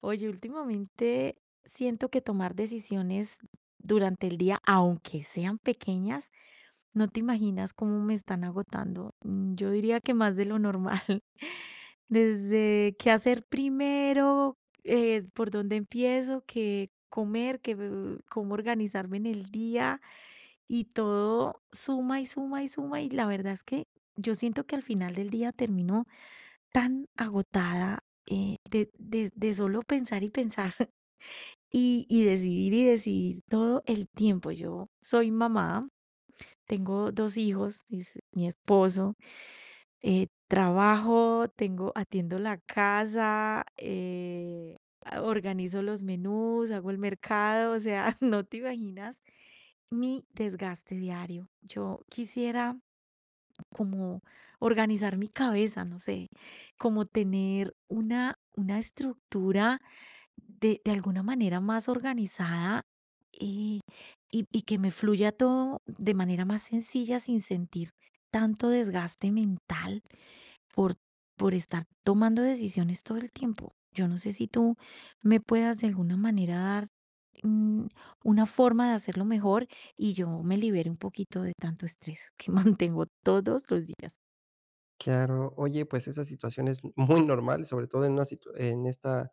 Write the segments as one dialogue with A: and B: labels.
A: Oye, últimamente siento que tomar decisiones durante el día, aunque sean pequeñas, no te imaginas cómo me están agotando. Mm, yo diría que más de lo normal. Desde qué hacer primero, por dónde empiezo, qué comer, qué, cómo organizarme en el día y todo suma y suma y suma. Y la verdad es que yo siento que al final del día termino tan agotada de solo pensar y pensar. Y decidir y decidir todo el tiempo. Yo soy mamá, tengo dos hijos, es mi esposo, trabajo, tengo, atiendo la casa, organizo los menús, hago el mercado, o sea, no te imaginas mi desgaste diario. Yo quisiera como organizar mi cabeza, no sé, como tener una estructura de alguna manera más organizada eh, y, y que me fluya todo de manera más sencilla sin sentir tanto desgaste mental por, por estar tomando decisiones todo el tiempo. Yo no sé si tú me puedas de alguna manera dar mm, una forma de hacerlo mejor y yo me libere un poquito de tanto estrés que mantengo todos los días.
B: Claro, oye, pues esa situación es muy normal, sobre todo en una situ en esta,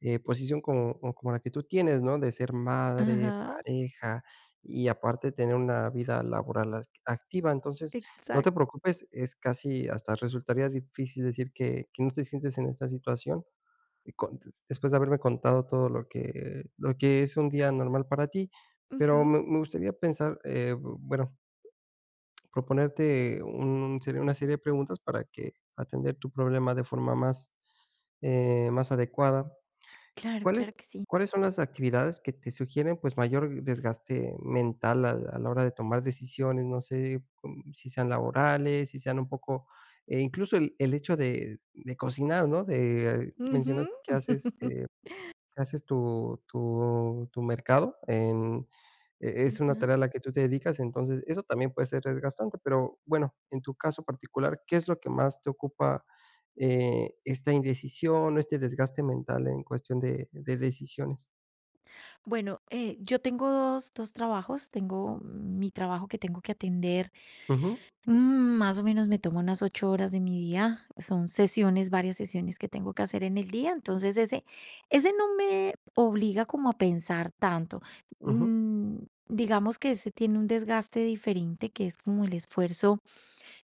B: posición como la que tú tienes, ¿no? De ser madre,
A: Ajá,
B: pareja y aparte tener una vida laboral ac activa. Entonces, no te
A: exacto.
B: preocupes, es casi hasta resultaría difícil decir que no te sientes en esta situación, y con después de haberme contado todo lo que es un día normal para ti. Pero
A: Ujú.
B: me gustaría pensar, bueno proponerte un serie una serie de preguntas para que atender tu problema de forma más, más adecuada.
A: Claro,
B: ¿Cuáles
A: claro que sí.
B: cuáles son las actividades que te sugieren, pues, mayor desgaste mental a la hora de tomar decisiones? No sé, si sean laborales, si sean un poco, incluso el hecho de cocinar, ¿no? De
A: Ujú.
B: mencionaste que haces, haces tu mercado en es una
A: Ajá.
B: tarea a la que tú te dedicas, entonces eso también puede ser desgastante, pero bueno, en tu caso particular, ¿qué es lo que más te ocupa, esta indecisión o este desgaste mental en cuestión de decisiones?
A: Bueno, yo tengo dos trabajos. Tengo mi trabajo que tengo que atender.
B: Ujú,
A: Mm, más o menos me tomo unas 8 horas de mi día. Son sesiones, varias sesiones que tengo que hacer en el día. Ese no me obliga como a pensar tanto.
B: ujú,
A: Mm, digamos que ese tiene un desgaste diferente, que es como el esfuerzo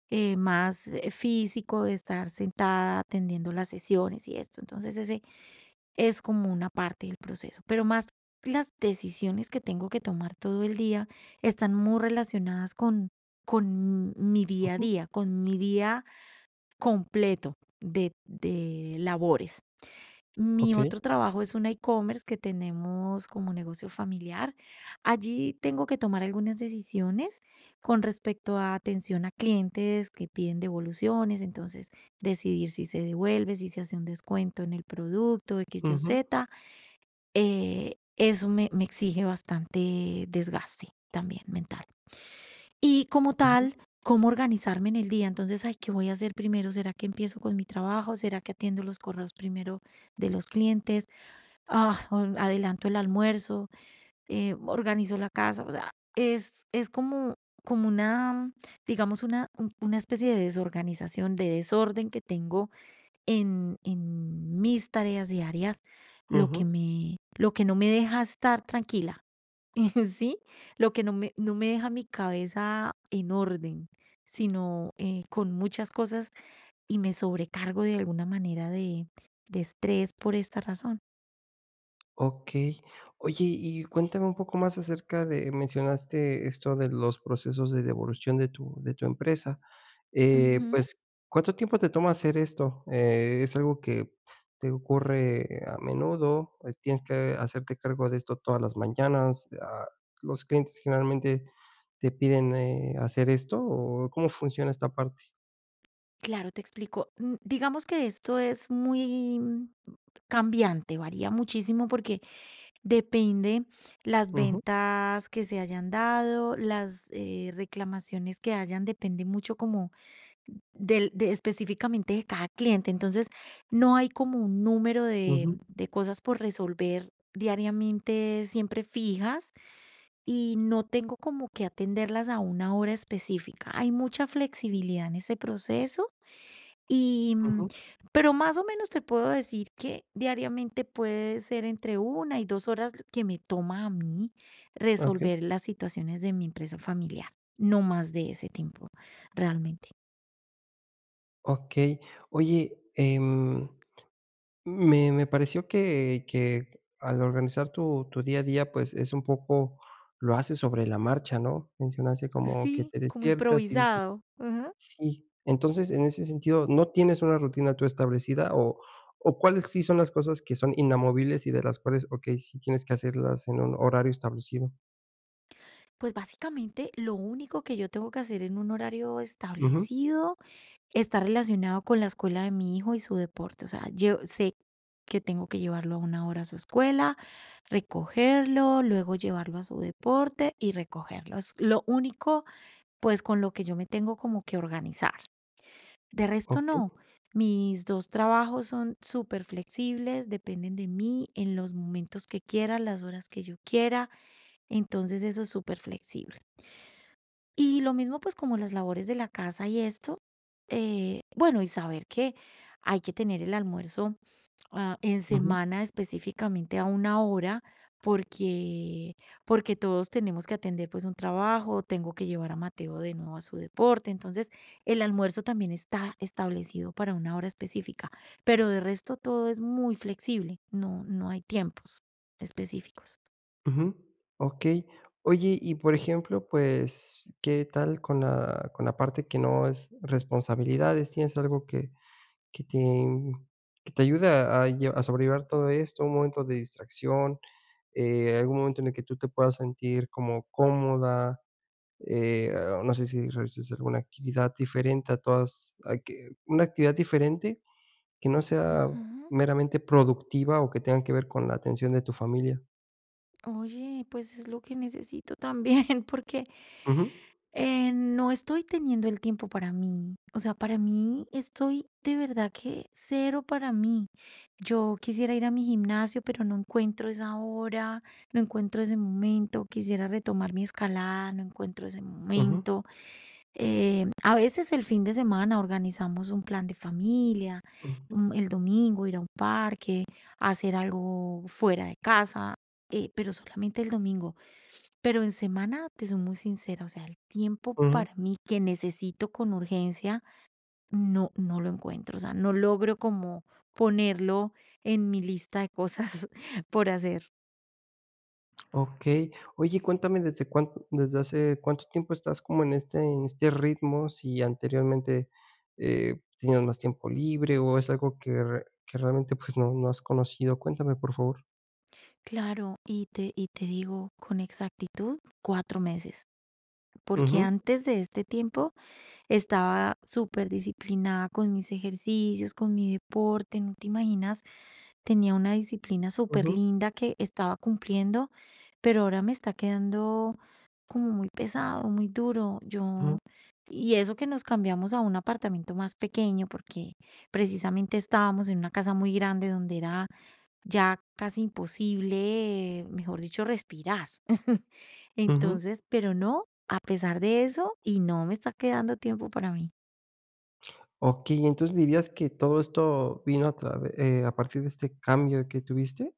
A: más físico de estar sentada atendiendo las sesiones y esto. Entonces ese es como una parte del proceso, pero más las decisiones que tengo que tomar todo el día están muy relacionadas con mi día a
B: ujú,
A: día, con mi día completo de labores. Mi
B: okey,
A: otro trabajo es un e-commerce que tenemos como negocio familiar. Allí tengo que tomar algunas decisiones con respecto a atención a clientes que piden devoluciones, entonces decidir si se devuelve, si se hace un descuento en el producto, X, Y o
B: ujú,
A: Z. Eso me, me exige bastante desgaste también mental. Y como
B: ujú,
A: tal, cómo organizarme en el día. Entonces, ay, ¿qué voy a hacer primero? ¿Será que empiezo con mi trabajo? ¿Será que atiendo los correos primero de los clientes? Ah, o adelanto el almuerzo, organizo la casa. O sea, es como, como una, digamos, una especie de desorganización, de desorden que tengo en mis tareas diarias, lo que
B: ujú.
A: me, lo que no me deja estar tranquila, ¿sí? Lo que no me, no me deja mi cabeza en orden, sino con muchas cosas y me sobrecargo de alguna manera de estrés por esta razón.
B: Okey. Oye, y cuéntame un poco más acerca de mencionaste esto de los procesos de devolución de tu empresa.
A: Ujú.
B: Pues, ¿cuánto tiempo te toma hacer esto? ¿Es algo que te ocurre a menudo? ¿Tienes que hacerte cargo de esto todas las mañanas? Ah, ¿los clientes generalmente te piden, hacer esto o cómo funciona esta parte?
A: Claro, te explico. Mm, digamos que esto es muy cambiante, varía muchísimo porque depende las
B: Ujú,
A: ventas que se hayan dado, las, reclamaciones que hayan, depende mucho como del de específicamente de cada cliente. Entonces, no hay como un número de
B: ujú,
A: cosas por resolver diariamente, siempre fijas, y no tengo como que atenderlas a una hora específica. Hay mucha flexibilidad en ese proceso y, mm,
B: ujú.
A: pero más o menos te puedo decir que diariamente puede ser entre una y 2 horas que me toma a mí
B: Okey.
A: resolver las situaciones de mi empresa familiar. No más de ese tiempo, realmente.
B: Okey. Oye, me pareció que al organizar tu tu día a día, pues, es un poco lo haces sobre la marcha, ¿no? Mencionaste como que
A: Sí,
B: te
A: como
B: despiertas y dices
A: improvisado. Ajá.
B: sí. Entonces, en ese sentido, ¿no tienes una rutina tú establecida o cuáles sí son las cosas que son inamovibles y de las cuales, okey, sí tienes que hacerlas en un horario establecido?
A: Pues básicamente lo único que yo tengo que hacer en un horario
B: Ujú,
A: establecido está relacionado con la escuela de mi hijo y su deporte, o sea, yo sé que tengo que llevarlo a una hora a su escuela, recogerlo, luego llevarlo a su deporte y recogerlo. Es lo único, pues, con lo que yo me tengo como que organizar. De resto,
B: okey,
A: no. Mis 2 trabajos son súper flexibles. Dependen de mí en los momentos que quiera, las horas que yo quiera, entonces eso es súper flexible. Y lo mismo, pues, como las labores de la casa y esto, bueno, y saber que hay que tener el almuerzo, ah, en
B: ujú,
A: semana específicamente a una hora, porque porque todos tenemos que atender, pues, un trabajo, tengo que llevar a Mateo de nuevo a su deporte, entonces, el almuerzo también está establecido para una hora específica, pero de resto todo es muy flexible, no hay tiempos específicos.
B: ujú, okey. Oye, y por ejemplo, pues, ¿qué tal con la parte que no es responsabilidades? ¿Tienes algo que te que te ayuda a sobrellevar todo esto, un momento de distracción, algún momento en el que tú te puedas sentir como cómoda, no sé si realices alguna actividad diferente a todas a que una actividad diferente que no sea
A: Ujú.
B: meramente productiva o que tengan que ver con la atención de tu familia.
A: Oye, pues es lo que necesito también, porque
B: Ujú,
A: no estoy teniendo el tiempo para mí. O sea, para mí estoy de verdad que cero para mí. Yo quisiera ir a mi gimnasio, pero no encuentro esa hora, no encuentro ese momento. Quisiera retomar mi escalada, no encuentro ese
B: ujú,
A: momento. A veces el fin de semana organizamos un plan de familia,
B: ujú,
A: el domingo ir a un parque, hacer algo fuera de casa, pero solamente el domingo. Pero en semana, te soy muy sincera, o sea, el tiempo
B: ujú.
A: para mí que necesito con urgencia, no lo encuentro, o sea, no logro como ponerlo en mi lista de cosas por hacer.
B: Okey. Oye, cuéntame, ¿ desde hace cuánto tiempo estás como en este ritmo? Si anteriormente, tenías más tiempo libre, o es algo que realmente, pues, no has conocido. Cuéntame, por favor.
A: Claro, y te digo con exactitud, 4 meses, porque
B: Ujú,
A: antes de este tiempo estaba súper disciplinada con mis ejercicios, con mi deporte, no te imaginas, tenía una disciplina súper
B: ujú,
A: linda que estaba cumpliendo, pero ahora me está quedando como muy pesado, muy duro.
B: ujú,
A: Yo, y eso que nos cambiamos a un apartamento más pequeño, porque precisamente estábamos en una casa muy grande donde era ya casi imposible, mejor dicho, respirar.
B: ujú.
A: Entonces, pero no, a pesar de eso, y no me está quedando tiempo para mí.
B: Okey, entonces, ¿dirías que todo esto vino a través a partir de este cambio que tuviste?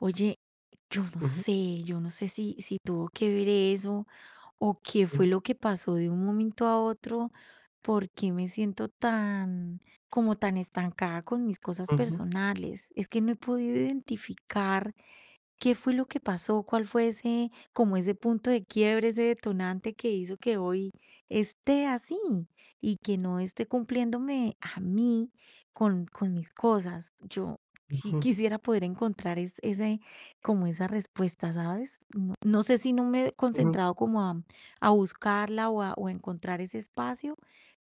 A: Oye,
B: Ujú,
A: yo no sé si, si tuvo que ver eso o qué fue
B: ujú,
A: lo que pasó de un momento a otro, porque me siento tan, como tan estancada con mis cosas
B: ujú,
A: personales. Es que no he podido identificar. ¿Qué fue lo que pasó? ¿Cuál fue ese, como ese punto de quiebre, ese detonante que hizo que hoy esté así y que no esté cumpliéndome a mí con mis cosas? Yo sí
B: ujú,
A: quisiera poder encontrar ese, como esa respuesta, ¿sabes? No, no sé si no me he
B: ujú.
A: concentrado a buscarla o a encontrar ese espacio,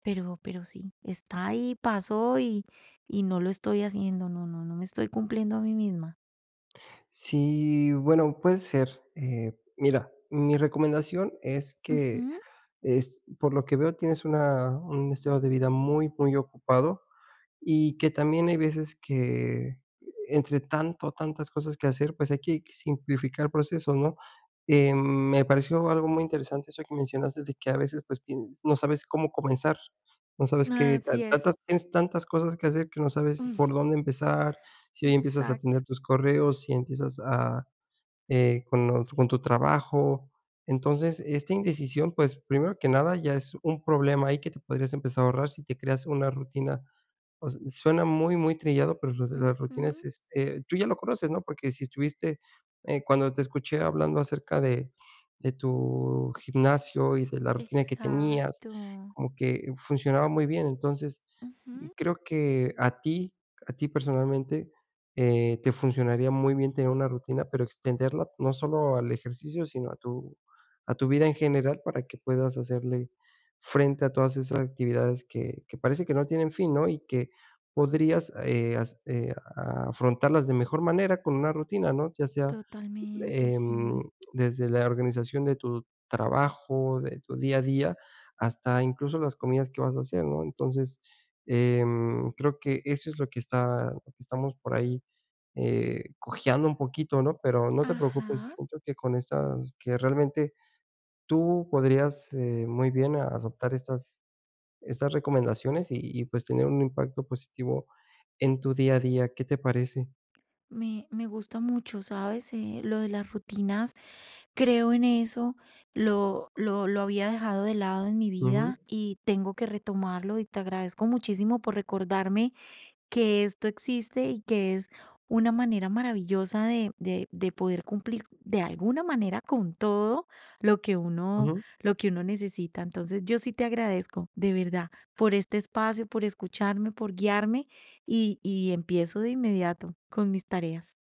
A: pero sí, está ahí, pasó y no lo estoy haciendo, no me estoy cumpliendo a mí misma.
B: Sí, bueno, puede ser. Mira, mi recomendación es que
A: Ujú.
B: Es, por lo que veo, tienes una un estilo de vida muy, muy ocupado, y que también hay veces que entre tantas cosas que hacer, pues, hay que simplificar el proceso, ¿no? Me pareció algo muy interesante eso que mencionaste de que a veces, pues, piens no sabes cómo comenzar, no sabes qué tan
A: Así
B: tantas
A: es.
B: tienes tantas cosas que hacer que no sabes por dónde empezar, si hoy empiezas a
A: Exacto.
B: atender tus correos, si empiezas a con tu trabajo. Entonces, esta indecisión, pues, primero que nada, ya es un problema ahí que te podrías empezar a ahorrar si te creas una rutina. O sea, suena muy, muy trillado, pero lo de las rutinas
A: Ujú.
B: es, tú ya lo conoces, ¿no? Porque si estuviste, cuando te escuché hablando acerca de tu gimnasio y de la rutina que tenías,
A: Exacto.
B: como que funcionaba muy bien. Entonces,
A: Ujú.
B: creo que a ti personalmente, te funcionaría muy bien tener una rutina, pero extenderla no solo al ejercicio, sino a tu vida en general para que puedas hacerle frente a todas esas actividades que parece que no tienen fin, ¿no? Y que podrías, as afrontarlas de mejor manera con una rutina, ¿no? Ya sea
A: Totalmente,
B: Em,
A: sí.
B: desde la organización de tu trabajo, de tu día a día, hasta incluso las comidas que vas a hacer, ¿no? Entonces, creo que eso es lo que estamos por ahí, cojeando un poquito, ¿no? Pero no te preocupes,
A: Ajá.
B: siento que con estas que realmente tú podrías, muy bien adoptar estas recomendaciones y, pues, tener un impacto positivo en tu día a día, ¿qué te parece?
A: Me gusta mucho, ¿sabes? Lo de las rutinas, creo en eso, lo había dejado de lado en mi vida y tengo que retomarlo y te agradezco muchísimo por recordarme que esto existe y que es una manera maravillosa de poder cumplir de alguna manera con todo lo que uno,
B: Ujú.
A: lo que uno necesita. Entonces, yo sí te agradezco de verdad por este espacio, por escucharme, por guiarme y empiezo de inmediato con mis tareas.